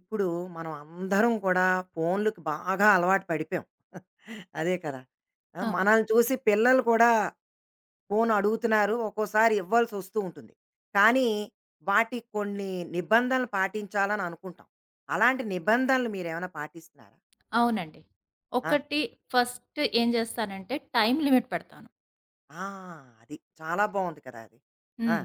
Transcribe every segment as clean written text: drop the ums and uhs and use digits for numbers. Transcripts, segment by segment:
ఇప్పుడు మనం అందరం కూడా ఫోన్‌లకి బాగా అలవాటు పడిపోయాం. అదే కదా! ఆ! అవును. మనల్ని చూసి పిల్లలు కూడా ఫోన్ అడుగుతున్నారు. ఒక్కోసారి ఇవ్వాల్సొస్తూ ఉంటుంది. కానీ వాటికి కొన్ని నిబంధనలు పాటించాలని అనుకుంటాం. అలాంటి నిబంధనలు మీరేమైనా పాటిస్తున్నారా? అవునండి. ఆ! ఒకటి ఫస్ట్ ఏం జేస్తానంటే టైమ్ లిమిట్ పెడతాను. ఆ! అది. చాలా బావుంది కదా! అది. ఆ! హ్మ్.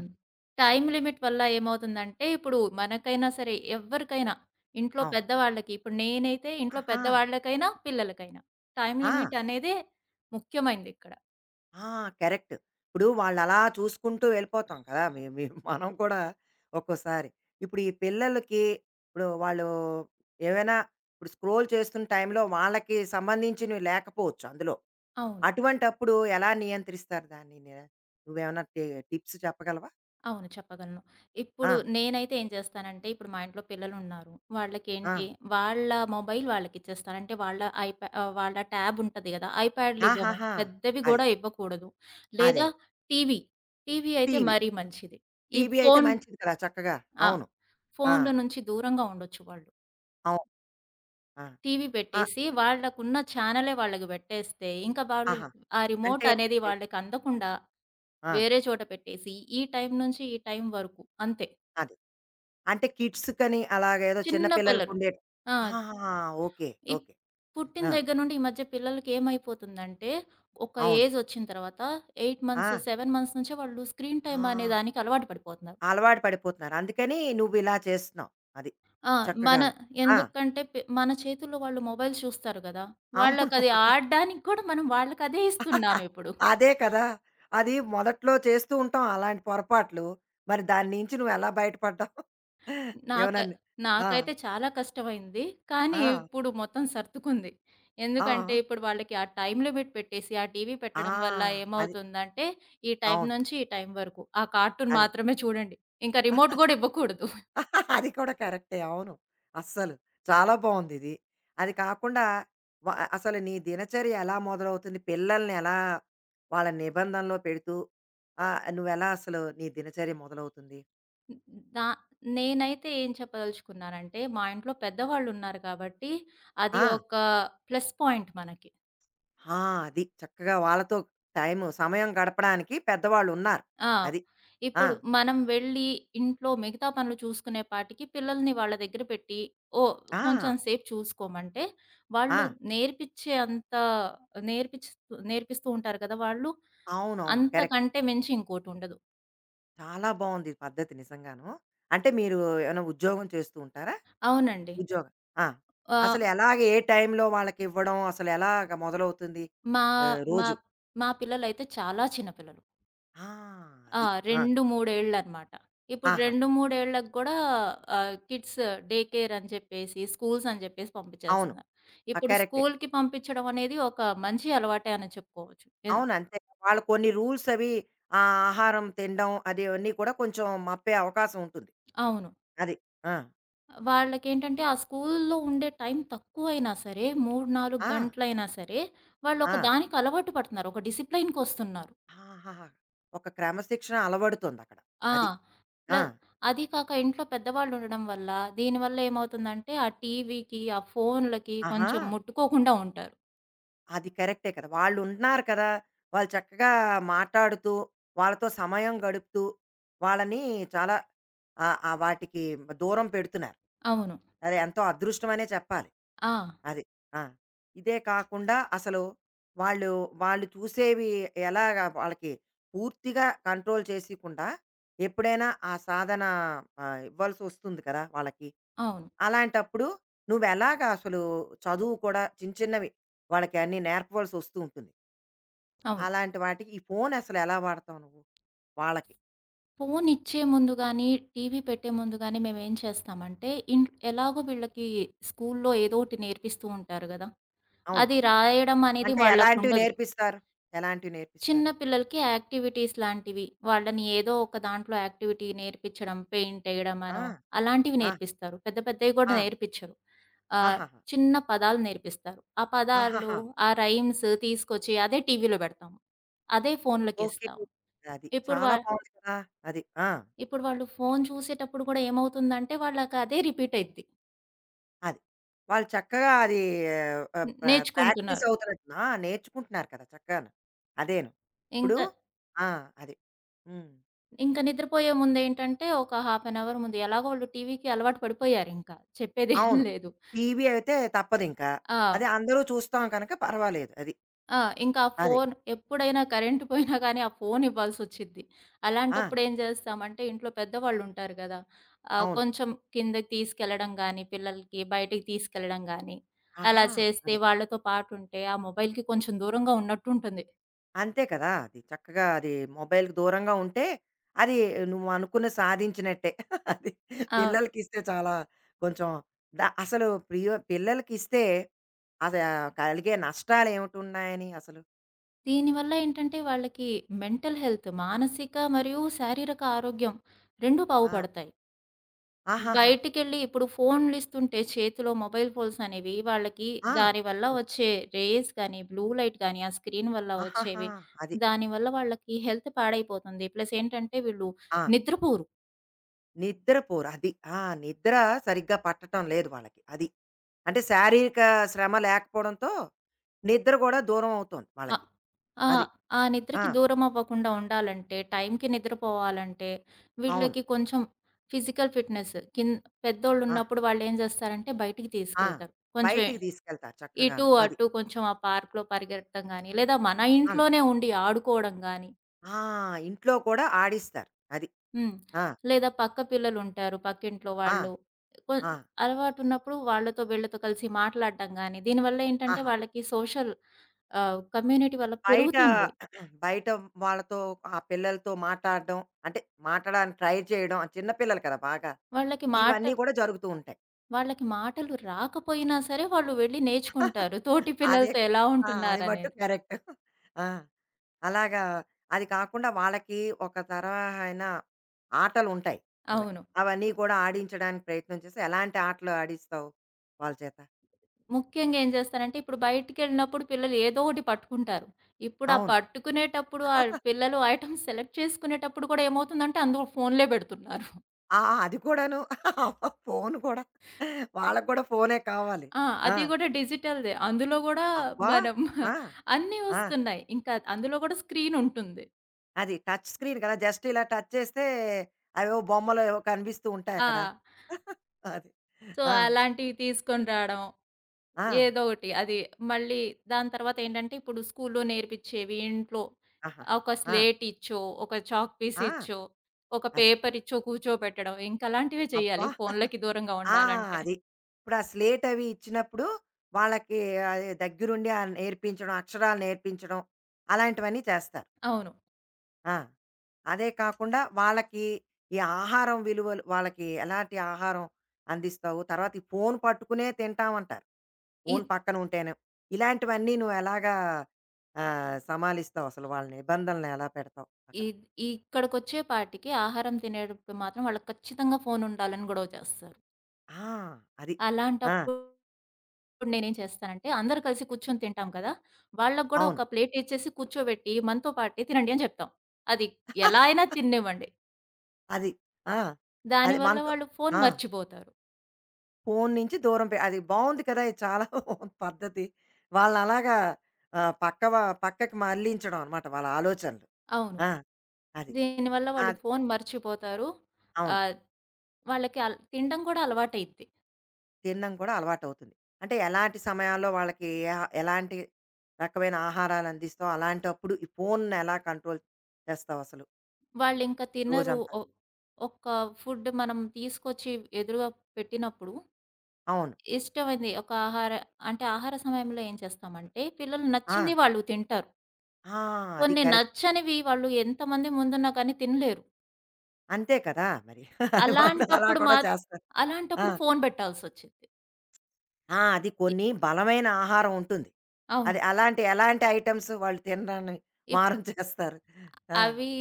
టైమ్ లిమిట్ వల్ల ఏమవుతుందంటే ఇప్పుడు మనకైనా సరే ఎవ్వరికైనా ఇంట్లో అవును. పెద్దవాళ్ళకి ఇప్పుడు నేనైతే ఇంట్లో ఆహా! పెద్దవాళ్ళకైనా, పిల్లలకైనా టైమ్ ఆ! లిమిట్ అనేది ముఖ్యమైనదిక్కడ. ఆ! కరెక్ట్. ఇప్పుడు వాళ్ళలా చూసుకుంటూ వెళ్ళిపోతాం కదా! మే మే మనం కూడా ఒక్కోసారి. ఇప్పుడు ఈ పిల్లలకి ఇప్పుడు వాళ్ళు ఏవైనా ఇప్పుడు స్క్రోల్ చేస్తున్న టైంలో వాళ్ళకి సంబంధించినవి లేకపోవచ్చు అందులో. అవును. అటువంటప్పుడు ఎలా నియంత్రిస్తారు దాన్ని? నువ్వేమన్నా టిప్స్ చెప్పగలవా? అవును. చెప్పగలను. ఆ! ఇప్పుడు నేనైతే ఏం చేస్తానంటే, ఇప్పుడు మా ఇంట్లో పిల్లలున్నారు. ఆ! వాళ్ళకేంటి, వాళ్ళ మొబైల్ వాళ్ళకిచ్చేస్తాను. అంటే వాళ్ళ వాళ్ళ ట్యాబ్ ఉంటది గదా! ఐప్యాడ్‌లివ్వము. ఆహాహా! పెద్దవి అది. గూడా ఇవ్వకూడదు. అదే. అదే. లేదా టీవీ. టీవీ అయితే టీవీ. మరీ మంచిది. ఈ టీవీ అయితే ఫోను మంచిది కదా! చక్కగా. ఆ! అవును. ఆ! ఫోన్‌ల నుంచి దూరంగా ఉండొచ్చు వాళ్ళు. అవును. ఆ! టీవీ ఆ! పెట్టేసి వాళ్ళకున్న ఛానలే వాళ్ళకి పెట్టేస్తే, ఇంకా ఆ, వాళ్ళు ఆహా! ఆ అంటే రిమోట్ అనేది వాళ్ళకి అందకుండా ఆ! వేరే చోట పెట్టేసి, ఈ టైం నుంచి ఈ టైం వరకు అంతే. అదే. అంటే కిడ్స్ కని అలాగేదో చిన్న చిన్న పిల్లలు. పిల్లలకుండేటి ఆ! ఆహాహా! ఓకే. ఇప్ ఓకే. పుట్టిన ఆ! దగ్గర నుండి ఈ మధ్య పిల్లలకి ఏమైపోతుందంటే, ఒక అవును. ఏజ్ వచ్చిన తర్వాత 8 ఆ! మంత్స్, 7 మంత్స్ నుంచే వాళ్ళు స్క్రీన్ ఆ! టైమ్ అనే దానికి అలవాటు పడిపోతున్నారు. అలవాటు పడిపోతున్నారు. అందుకని నువ్విలా చేస్తున్నావు. అది. ఆ! మన చక్కగాను. ఆ! ఎందుకంటే మన చేతుల్లో వాళ్ళు మొబైల్ చూస్తారు గదా! అవును. వాళ్ళకది ఆడడానికి కూడా మనం వాళ్ళకదే ఇస్తున్నామిప్పుడు. అదే కదా! అది మొదట్లో చేస్తూ ఉంటాం అలాంటి పొరపాట్లు. మరి దాని నుంచి నువ్వెలా బయటపడ్డావు? నాక ఏమన్నా ని ఆ! నాకైతే చాలా కష్టమైంది. కానీ ఆ! ఇప్పుడు మొత్తం సర్దుకుంది. ఆ! ఎందుకంటే ఇప్పుడు వాళ్ళకి ఆ టైమ్ లిమిట్ పెట్టేసి, ఆ టీవీ ఆ! పెట్టడం వల్ల అది. ఏమవుతుందంటే, ఈ టైం అవును. నుంచి ఈ టైం వరకు. ఆ కార్టూన్ అది. మాత్రమే చూడండి. ఇంకా రిమోట్ గూడా ఇవ్వకూడదు. అది కూడా కరెక్టే. అవును. అస్సలు. చాలా బావుందిది. అది కాకుండా వ అసలు నీ దినచర్య ఎలా మొదలవుతుంది? పిల్లల్ని ఎలా వాళ్ళ నిబంధనలో పెడుతూ నువ్వెలా అసలు నీ దినచర్య మొదలవుతుంది? దా నేనైతే ఏం చెప్పదలుచుకున్నానంటే, మా ఇంట్లో పెద్దవాళ్ళున్నారు కాబట్టి, అది ఆ! ఒక ప్లస్ పాయింట్ మనకి. ఆ! అది. చక్కగా వాళ్ళతో టైము సమయం గడపడానికి పెద్దవాళ్ళున్నారు. ఆ! అది. ఆ! ఇప్పుడు మనం వెళ్ళి ఇంట్లో మిగతా పనులు చూసుకునే పాటికి పిల్లల్ని వాళ్ళ దగ్గర పెట్టి, ఓహ్! ఆ! కొంచెం సేపు చూసుకోమంటే, ఆ! వాళ్ళు నేర్పిచ్చే అంత నేర్పిచిస్తూ నేర్పిస్తూ ఉంటారు కదా! వాళ్ళు. అవునవును. కరెక్ట్. అంతకంటే మించి ఇంకోటుండదు. చాలా బావుంది ఈ పద్ధతి నిజంగాను. అంటే మీరు ఏమైనా ఉద్యోగం చేస్తూ ఉంటారా? అవునండి. ఉద్యోగం. ఆ! ఆహ్, అసలు ఎలాగ ఏ టైంలో వాళ్ళకివ్వడం? అసలెలాగ మొదలవుతుంది మా మా రోజు? మా పిల్లలైతే చాలా చిన్న పిల్లలు. ఆ! ఆ! అది. ఆ! 2, 3 ఏళ్లనమాట. ఇప్పుడు ఆహా! 2, 3 ఏళ్ళకి గూడా కిడ్స్ డే కేర్ అని చెప్పేసి, స్కూల్స్ అని చెప్పేసి అవును. పంపించేస్తున్నారు. ఆ! ఇప్పుడు కరెక్టే. స్కూల్‌కి పంపించడం అనేది ఒక మంచి అలవాటే అని చెప్పుకోవచ్చు. అవును. అంతే. వాళ్ళు కొన్ని రూల్స్ అవి ఆ ఆహారం తినడం అది ఇవన్నీ కూడా కొంచెం మప్పే అవకాశం ఉంటుంది. అవును. అది. ఆ! వాళ్ళకేంటంటే ఆ స్కూల్‌లో ఉండే టైం తక్కువైనా సరే, 3, 4 ఆ! గంటలైనా సరే, ఆ! వాళ్ళొక దానికి అలవాటు పడుతున్నారు. ఒక డిసిప్లైన్‌కొస్తున్నారు. ఆహాహా! ఒక క్రమశిక్షణ అలవడుతుందక్కడ. ఆ! అది. ప్ల ఆ! అది కాక ఇంట్లో పెద్దవాళ్ళు ఉండడం వల్ల, దీనివల్ల ఏమవుతుందంటే ఆ టీవీకి, ఆ ఫోన్‌లకి ఆహా! కొంచెం ముట్టుకోకుండా ఉంటారు. అది కరెక్టే కదా! వాళ్ళుంటున్నారు కదా! వాళ్ళు చక్కగా మాట్లాడుతూ, వాళ్ళతో సమయం గడుపుతూ, వాళ్ళని చాలా ఆహ్, ఆహ్, వాటికి దూరం పెడుతున్నారు. అవును. అది ఎంతో అదృష్టమనే చెప్పాలి. ఆ! అది. ఆ! ఇదే కాకుండా అసలు వాళ్ళు, వాళ్ళు చూసేవి ఎలాగా వాళ్ళకి పూర్తిగా కంట్రోల్ చేసియకుండా ఎప్పుడైనా ఆ సాధన ఇవ్వాల్సొస్తుంది కదా! వాళ్ళకి. అవును. అలాంటప్పుడు నువ్వెలాగ అసలు చదువు కూడా చిన్న చిన్నవి వాళ్ళకి అన్నీ నేర్పవలసి వస్తూ ఉంటుంది. అవును. అలాంటి వాటికి ఈ ఫోన్ అసలు ఎలా వాడతావు నువ్వు వాళ్ళకి? ఫోనిచ్చే ముందు గానీ, టీవీ పెట్టే ముందు గానీ మేమేం చేస్తామంటే, ఎలాగో వీళ్ళకి స్కూల్లో ఏదో ఒకటి నేర్పిస్తూ ఉంటారు గదా! అవును. అది రాయడం అనేది అంటే ఎలాంటివి వాళ్ళకుండదు. నేర్పిస్తారు? ఎలాంటివి చిన్న నేర్పిస్తారు? పిల్లలకి యాక్టివిటీస్ లాంటివి, వాళ్ళని ఏదో ఒక దాంట్లో యాక్టివిటీ నేర్పించడం, పెయింటేయడం ఆ! అనో అలాంటివి ఆ! నేర్పిస్తారు. పెద్ద పెద్దవి గూడా ఆ! నేర్పిచ్చరు. ఆహ్, ఆహాహా! చిన్న పదాలు నేర్పిస్తారు. ఆ పదాలు, ఆహాహా! ఆ రైమ్స్ తీసుకొచ్చి అదే టీవీలో బెడతాము. అదే ఓకే. ఫోన్లకిస్తాము. అది. ఇప్పుడు వా చాలా బావుంది కదా! అది. ఆ! ఇప్పుడు వాళ్ళు ఫోను చూసేటప్పుడు కూడా ఏమవుతుందంటే వాళ్ళకదే రిపీట్ అయిద్ది. అది. వాళ్ళు చక్కగా అది ఆహ్, ప్రా ప్రాక్టీస్ నేర్చుకుంటున్నారు. అవుతున్నట్టు ఆ! నేర్చుకుంటున్నారు కదా! చక్కగాను. అదేను. ఇప్పుడు ఇంకా, ఆ! అది. హ్మ్. ఇంకా నిద్రపోయే ముందేంటంటే ఒక హాఫ్ అన్ అవర్ ముందు ఎలాగో వాళ్ళు టీవీకి అలవాటు పడిపోయారింకా. చెప్పేదేం అవును. లేదు. టీవీ అయితే తప్పదింక. ఆ! అదే అందరూ చూస్తాం కనుక పర్వాలేదు అది. ఆ! ఇంకా ఆ అదే. ఫోను ఎప్పుడైనా కరెంట్ పోయినా కానీ ఆ ఫోను ఇవ్వాల్సొచ్చిద్ది. ఆ! అలాంటప్పుడు ఏం చేస్తామంటే ఇంట్లో పెద్దవాళ్ళుంటారు గదా! అవును. కొంచెం కిందకి తీసుకెళ్లడం గానీ, పిల్లలకి బయటికి తీసుకెళ్లడం గానీ, అలా ఆహా! చేస్తే అదే. వాళ్ళతో పాటుంటే ఆ మొబైల్‌కి కొంచెం దూరంగా ఉన్నట్టుంటుంది. అంతే కదా! అది చక్కగా అది మొబైల్‌కి దూరంగా ఉంటే, అది నువ్వు అనుకున్నది సాధించినట్టే. అది ఆ! పిల్లలకిస్తే చాలా కొంచెం అసలు ప్రియ పిల్లలకిస్తే అదా కలిగే నష్టాలేమిటున్నాయని అసలు? దీనివల్ల ఏంటంటే వాళ్ళకి మెంటల్ హెల్త్ మానసిక మరియు శారీరక ఆరోగ్యం 2 ఆ! బాగుపడతాయి. ఆహాహా! బయటికెళ్ళి ఇప్పుడు ఫోన్‌లు ఇస్తుంటే చేతిలో మొబైల్ ఫోన్స్ అనేవి వాళ్ళకి ఆ! దానివల్ల వచ్చే రేస్ గాని, బ్లూ లైట్ గాని, ఆ స్క్రీన్ వల్ల ఆహాహా! వచ్చేవి అది. దానివల్ల వాళ్ళకి హెల్త్ పాడైపోతుంది. ప్లస్ ఏంటంటే వీళ్ళు ఆ! నిద్రపోరు. నిద్రపోరు. అది. ఆ! నిద్ర సరిగ్గా పట్టటం లేదు వాళ్ళకి. అది. అంటే శారీరక శ్రమ లేకపోవడంతో నిద్ర గూడా దూరం అవుతోంది అ వాళ్ళకి. అది. ఆహ్, ఆ ఆ! నిద్రకి దూరమవ్వకుండా ఉండాలంటే, టైంకి నిద్రపోవాలంటే, అవును. వీళ్ళకి కొంచెం ఫిజికల్ ఫిట్‌నెస్ కిన్ ఆ! పెద్దోళ్ళున్నప్పుడు వాళ్ళేం జేస్తారంటే బయటికి ఆ! తీసుకెళ్తారు. కొంచెం బయటికి తీసుకెళ్తారు ఇటు, చక్కగాను. అది. అటు కొంచెం ఆ పార్క్‌లో పరిగెత్తడం గానీ, లేదా మన అవును. ఇంట్లోనే ఉండి ఆడుకోవడం గానీ, ఆ! ఇంట్లో కూడా ఆడిస్తారు. అది. హ్మ్. ఆ! లేదా పక్క పిల్లలుంటారు, పక్కింట్లో ఆ! వాళ్ళు. కొ ఆ! అలవాటున్నప్పుడు వాళ్ళతో, వీళ్ళతో కలిసి మాట్లాడడం గానీ, దీనివల్ల ఏంటంటే ఆహా! వాళ్ళకి సోషల్ కమ్యూనిటీ వల్ల బయట పెరుగుతుంది. బయట వాళ్ళతో ఆ పిల్లలతో మాట్లాడడం అంటే మాట్లాడడానికి ట్రై చేయడం ఆ చిన్న పిల్లలు కదా! బాగా. వాళ్ళకి మాట ఇవన్నీ కూడా జరుగుతూ ఉంటాయి. వాళ్ళకి మాటలు రాకపోయినా సరే వాళ్ళు వెళ్ళి నేర్చుకుంటారు. తోటి అదే పిల్లలతో క ఎలా ఆ! అది మట్టుకు ఉంటున్నారనేది. కరెక్ట్. ఆ! అలాగా అది కాకుండా వాళ్ళకి ఒక తరహాయిన ఆటలుంటాయి. అవే. అవును. అవన్నీ కూడా ఆడించడానికి ప్రయత్నం చేసి ఎలాంటి ఆటలు ఆడిస్తావు వాళ్ళ చేత? ముఖ్యంగా ఏం చేస్తారంటే ఇప్పుడు బయటికెళ్ళినప్పుడు పిల్లలు ఏదో ఒకటి పట్టుకుంటారు. ఇప్పుడు ఆ అవును. పట్టుకునేటప్పుడు ఆ పిల్లలు ఐటెమ్స్ సెలెక్ట్ చేసుకునేటప్పుడు కూడా ఏమవుతుందంటే అందులో ఫోన్‌లే పెడుతున్నారు. ఆ! అది కూడాను. ఫోను కూడా. వాళ్ళకి కూడా ఫోనే కావాలి. ఆ! ఆ! అది కూడా డిజిటల్‌దే. అందులో గూడా అబ్బా! మనం ఆ! అన్నీ ఆ! వస్తున్నాయి. ఇంకా అందులో కూడా స్క్రీన్ ఉంటుంది. అది టచ్ స్క్రీన్ కదా! జస్ట్ ఇలా టచ్ చేస్తే అవేవో బొమ్మలు ఏవో కనిపిస్తూ ఆ! ఉంటాయక్కడ. అది. సో, ఆ! అలాంటివి తీసుకొని రావడం. ఆ! ఏదో ఒకటి. అది మళ్ళీ దాని తర్వాతేంటంటే, ఇప్పుడు స్కూల్లో నేర్పిచ్చేవి ఇంట్లో ఆహాహా! ఒక ఆ! స్లేటిచ్చో, ఒక చాక్ ఆ! పీసిచ్చో, ఒక అది. పేపరిచ్చో కూర్చోబెట్టడం. ఇంకలాంటివే చేయాలి అబ్బా! ఫోన్లకి దూరంగా ఆ! ఉండాలంటే. అది. ఇప్పుడు ఆ స్లేట్ అవి ఇచ్చినప్పుడు వాళ్ళకి అది దగ్గరుండి నేర్పించడం, అక్షరాలు నేర్పించడం అలాంటివన్నీ చేస్తారు. అవును. ఆ! అదే కాకుండా వాళ్ళకి ఈ ఆహారం విలువలు వాళ్ళకి ఎలాంటి ఆహారం అందిస్తావు? తర్వాత ఈ ఫోను పట్టుకునే తింటామంటారు. ఫోను ఇద్ పక్కన ఉంటేను. ఇలాంటివన్నీ నువ్వు ఎలాగా సమాలిస్తావు అసలు వాళ్ళ నిబంధనలు ఎలా పెడతావు అక్కడ? ఇద్ ఇక్కడికొచ్చే పాటికి ఆహారం తినేటప్పుడు మాత్రం వాళ్ళకి ఖచ్చితంగా ఫోనుండాలని గొడవ చేస్తారు. ఆ! అది. ఆ! అలాంటప్పుడు నేనేం చేస్తానంటే, అందరూ కలిసి కూర్చొని తింటాం కదా! వాళ్ళకి గూడా అవును. ఒక ప్లేటిచ్చేసి కూర్చోబెట్టి మనతో పాటే తినండి అని చెప్తాం. అది ఎలా అయినా తిననివ్వండి. అది. ఆ! అది దానివల్ల మనతో వాళ్ళు ఫోను ఆ! మర్చిపోతారు. ఫోను నుంచి దూరం పె అది బావుంది కదా! ఇది చాలా బావుంది పద్ధతి. వాళ్ళలాగా ఆహ్, పక్కవ పక్కకి మళ్ళించడం అనమాట వాళ్ళ ఆలోచనలు. అవును. ఆ! అది. దీనివల్ల వాళ్ళు అది. ఫోను మర్చిపోతారు. అవును. ఆహ్, వాళ్ళకి తినడం కూడా అలవాటయిద్ది. తినడం కూడా అలవాటవుతుంది. అంటే ఎలాంటి సమయాల్లో వాళ్ళకి ఏ ఎలాంటి రకమైన ఆహారాలు అందిస్తావు? అలాంటప్పుడు ఈ ఫోనుని ఎలా కంట్రోల్ చేస్తావసలు వాళ్ళింక తినరు. రోజంతా? ఒక ఫుడ్ మనం తీసుకొచ్చి ఎదురుగా పెట్టినప్పుడు అవును. ఇష్టమైంది ఒక ఆహార అంటే ఆహార సమయంలో ఏం చేస్తామంటే పిల్లలు ఆ! నచ్చింది వాళ్ళు తింటారు. ఆ! అది కొన్ని కరెక్ట్. నచ్చనివి వాళ్ళు ఎంతమంది ముందున్నా కానీ తినలేరు. అంతే కదా! మరి. అది వాళ్ళు అలా అలాంటప్పుడు మా కూడా చేస్తారు. ఆ! అలాంటప్పుడు ఫోను పెట్టాల్సొచ్చింది. ఆ! అది ఎ కొన్ని బలమైన ఆహారం ఉంటుంది. అది అవును. అలాంటి ఎలాంటి ఐటెమ్స్ వాళ్ళు తినడాన్ని ఇప్ మారం చేస్తారు? ఆ! ఆ! అవి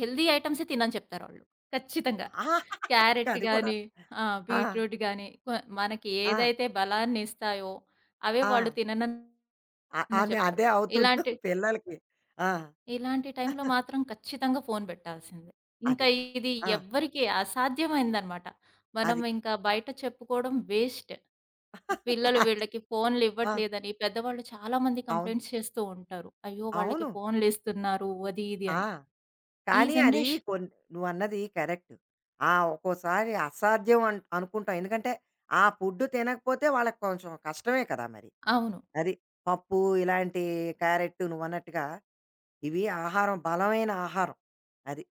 హెల్తీ ఐటెమ్సే తినని చెప్తారాళ్ళు. ఖచ్చితంగా. క్యారెట్ అది కూడా. గాని, ఆ! ఆ! బీట్రూట్ గాని మనకి ఆ! ఏదైతే బలాన్నిస్తాయో అవే ఆ! వాళ్ళు తిననని అని చెప్తారు. అదే అవుతుంది ఇలాంటి పిల్లలకి. ఆ! ఇలాంటి టైంలో మాత్రం ఖచ్చితంగా ఫోను బెట్టాల్సిందే. ఇంకా అది. ఇది ఆ! ఎవ్వరికీ అసాధ్యమైందనమాట. మనం అది. ఇంకా బయట చెప్పుకోవడం వేస్ట్. పిల్లలు అది. వీళ్ళకి ఆ! ఫోన్‌లివ్వట్లేదని పెద్దవాళ్ళు చాలా మంది అవును. కంప్లెయింట్స్ చేస్తూ ఉంటారు. అయ్యో! వాళ్ళకి అవును. ఫోన్‌లిస్తున్నారు అది ఇది ఆ! అని. ఈ కానీ అది జనరేషన్ కొన్ నువ్వన్నది కరెక్ట్. ఆ! ఒక్కోసారి అసాధ్యం అనుకుంటాం. ఎందుకంటే, ఆ ఫుడ్ తినకపోతే వాళ్ళకి కొంచెం కష్టమే కదా మరి. అవును. అది. పప్పు ఇలాంటి క్యారెట్ నువ్వన్నట్టుగా ఇవి ఆహారం బలమైన ఆహారం. అది.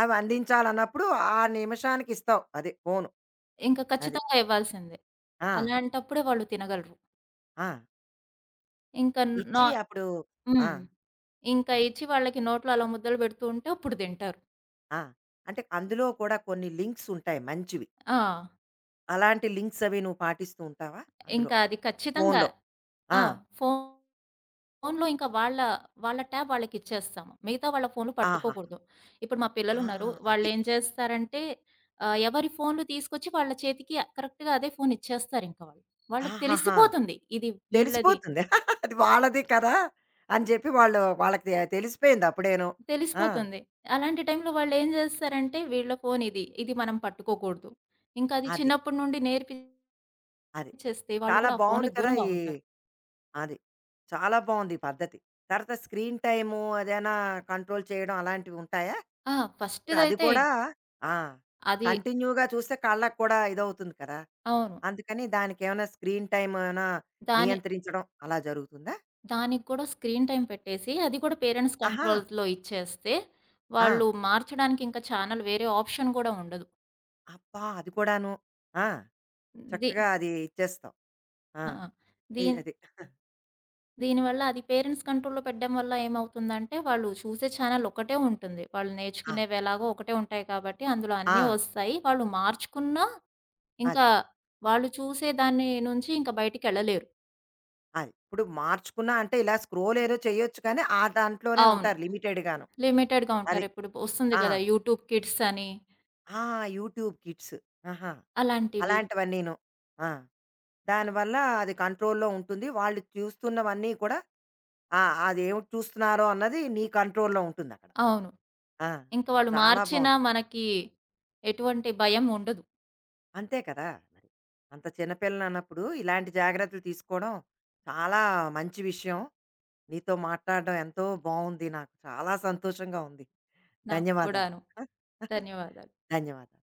అవి అందించాలన్నప్పుడు ఆ నిమిషానికి ఇస్తావు. అది ఫోను. ఇంక అది. ఖచ్చితంగా ఇవ్వాల్సిందే. ఆ! అలాంటప్పుడే వాళ్ళు తినగలరు. ఆ! ఇంకా నా ఇచ్చి అప్పుడు హ్మ్. ఆ! ఇంకా అది. ఇచ్చి వాళ్ళకి నోట్లో అలా ముద్దలు పెడుతూ ఉంటే అప్పుడు తింటారు. ఆ! అంటే అందులో కూడా కొన్ని లింక్స్ ఉంటాయి మంచివి. ఆ! అలాంటి లింక్స్ అవి నువ్వు పాటిస్తూ ఉంటావా అందులో? ఇంకా అది ఖచ్చితంగా ఫోనులో. ఆ! ఆ! ఫోన్‌లో ఇంకా వాళ్ళ ట్యాబ్ వాళ్ళకిచ్చేస్తాము. మిగతా వాళ్ళ ఫోన్‌లు ఆహాహా! పట్టుకోకూడదు. ఇప్పుడు మా ఆ! పిల్లలున్నారు. అది. వాళ్ళేం చేస్తారంటే ఎవరి ఫోన్‌లు తీసుకొచ్చి వాళ్ళ చేతికి కరెక్ట్‌గా అదే ఫోన్ ఇచ్చేస్తారింక వాళ్ళు. వాళ్ళకి ఆహాహా! తెలిసిపోతుంది. ఇది వీళ్ళది తెలిసిపోతుంది. అది వాళ్ళది కదా! అని చెప్పి వాళ్ళు వాళ్ళకి తెలిసిపోయింది అప్పుడేను. ఆ! తెలిసిపోతుంది. అలాంటి టైంలో వాళ్ళేం జేస్తారంటే, వీళ్ళ ఫోను ఇది. ఇది మనం పట్టుకోకూడదు. ఇంకా అది అది. చిన్నప్పటి నుండి నేర్పించేస్తే అది. వాళ్ళు చాలా కూడా ఆ బావుంది ఫోన్‌లకి కదా! దూరంగా ఈ ఉంటారు. అది. చాలా బావుంది ఈ పద్ధతి. తర్వాత స్క్రీన్ టైము అదేనా కంట్రోల్ చేయడం అలాంటివి ఉంటాయా? ఆ! ఇప్పుడు అది ఫస్ట్‌దైతే కూడా ఆ! అది కంటిన్యూగా చూస్తే కళ్ళకి కూడా ఇదవుతుంది కదా! అవును. అందుకని దానికేమైనా స్క్రీన్ టైమ్ ఏమైనా దాని నియంత్రించడం అలా జరుగుతుందా? దానికి కూడా స్క్రీన్ టైమ్ పెట్టేసి, అది కూడా పేరెంట్స్ ఆహా! కంట్రోల్‌లో ఇచ్చేస్తే, ఆ! వాళ్ళు మార్చడానికి ఇంకా ఛానెల్ వేరే ఆప్షన్ గూడా ఉండదు. అబ్బా! అది కూడాను. ఆ! ది చక్కగా అది ఇచ్చేస్తావు. ఆ! ఆ! దీన్ అది. దీనివల్ల అది పేరెంట్స్ కంట్రోల్‌లో పెట్టడం వల్ల ఏమవుతుందంటే, వాళ్ళు చూసే ఛానెల్ ఒకటే ఉంటుంది. వాళ్ళు ఆ! నేర్చుకునేవి ఎలాగో ఒకటే ఉంటాయి కాబట్టి, అందులో ఆ! అన్నీ వస్తాయి. వాళ్ళు మార్చుకున్నా, అది. ఇంకా వాళ్ళు చూసే దాని నుంచి ఇంకా బయటికెళ్ళలేరు. అది. ఇప్పుడు మార్చుకున్నా అంటే ఇలా స్క్రోల్ ఏదో చేయొచ్చు కానీ, ఆ దాంట్లోనే అవును. ఉంటారు లిమిటెడ్‌గాను. లిమిటెడ్‌గా అది. ఉంటారు. ఇప్పుడు వస్తుంది ఆ! కదా! యూట్యూబ్ కిడ్స్ అని ఆ! YouTube kids. ఆహా! అలాంటివి. అలాంటివన్నీను. ఆ! అ దానివల్ల అది కంట్రోల్‌లో ఉంటుంది. వాళ్ళు చూస్తున్నవన్నీ కూడా ఆ! అదేమిటి చూస్తున్నారో అన్నది నీ కంట్రోల్‌లో ఉంటుందక్కడ. అవును. ఆ! ఇంకా వాళ్ళు చాలా మార్చినా బావుంది. మనకి ఎటువంటి భయం ఉండదు. అంతే కదా! మరి. అంత చిన్న పిల్లలన్నప్పుడు ఇలాంటి జాగ్రత్తలు తీసుకోవడం చాలా మంచి విషయం. నీతో మాట్లాడడం ఎంతో బావుంది నాకు. చాలా సంతోషంగా ఉంది. నాకు ధన్యవాదాలు. కూడాను. ధన్యవాదాలు. ధన్యవాదాలు.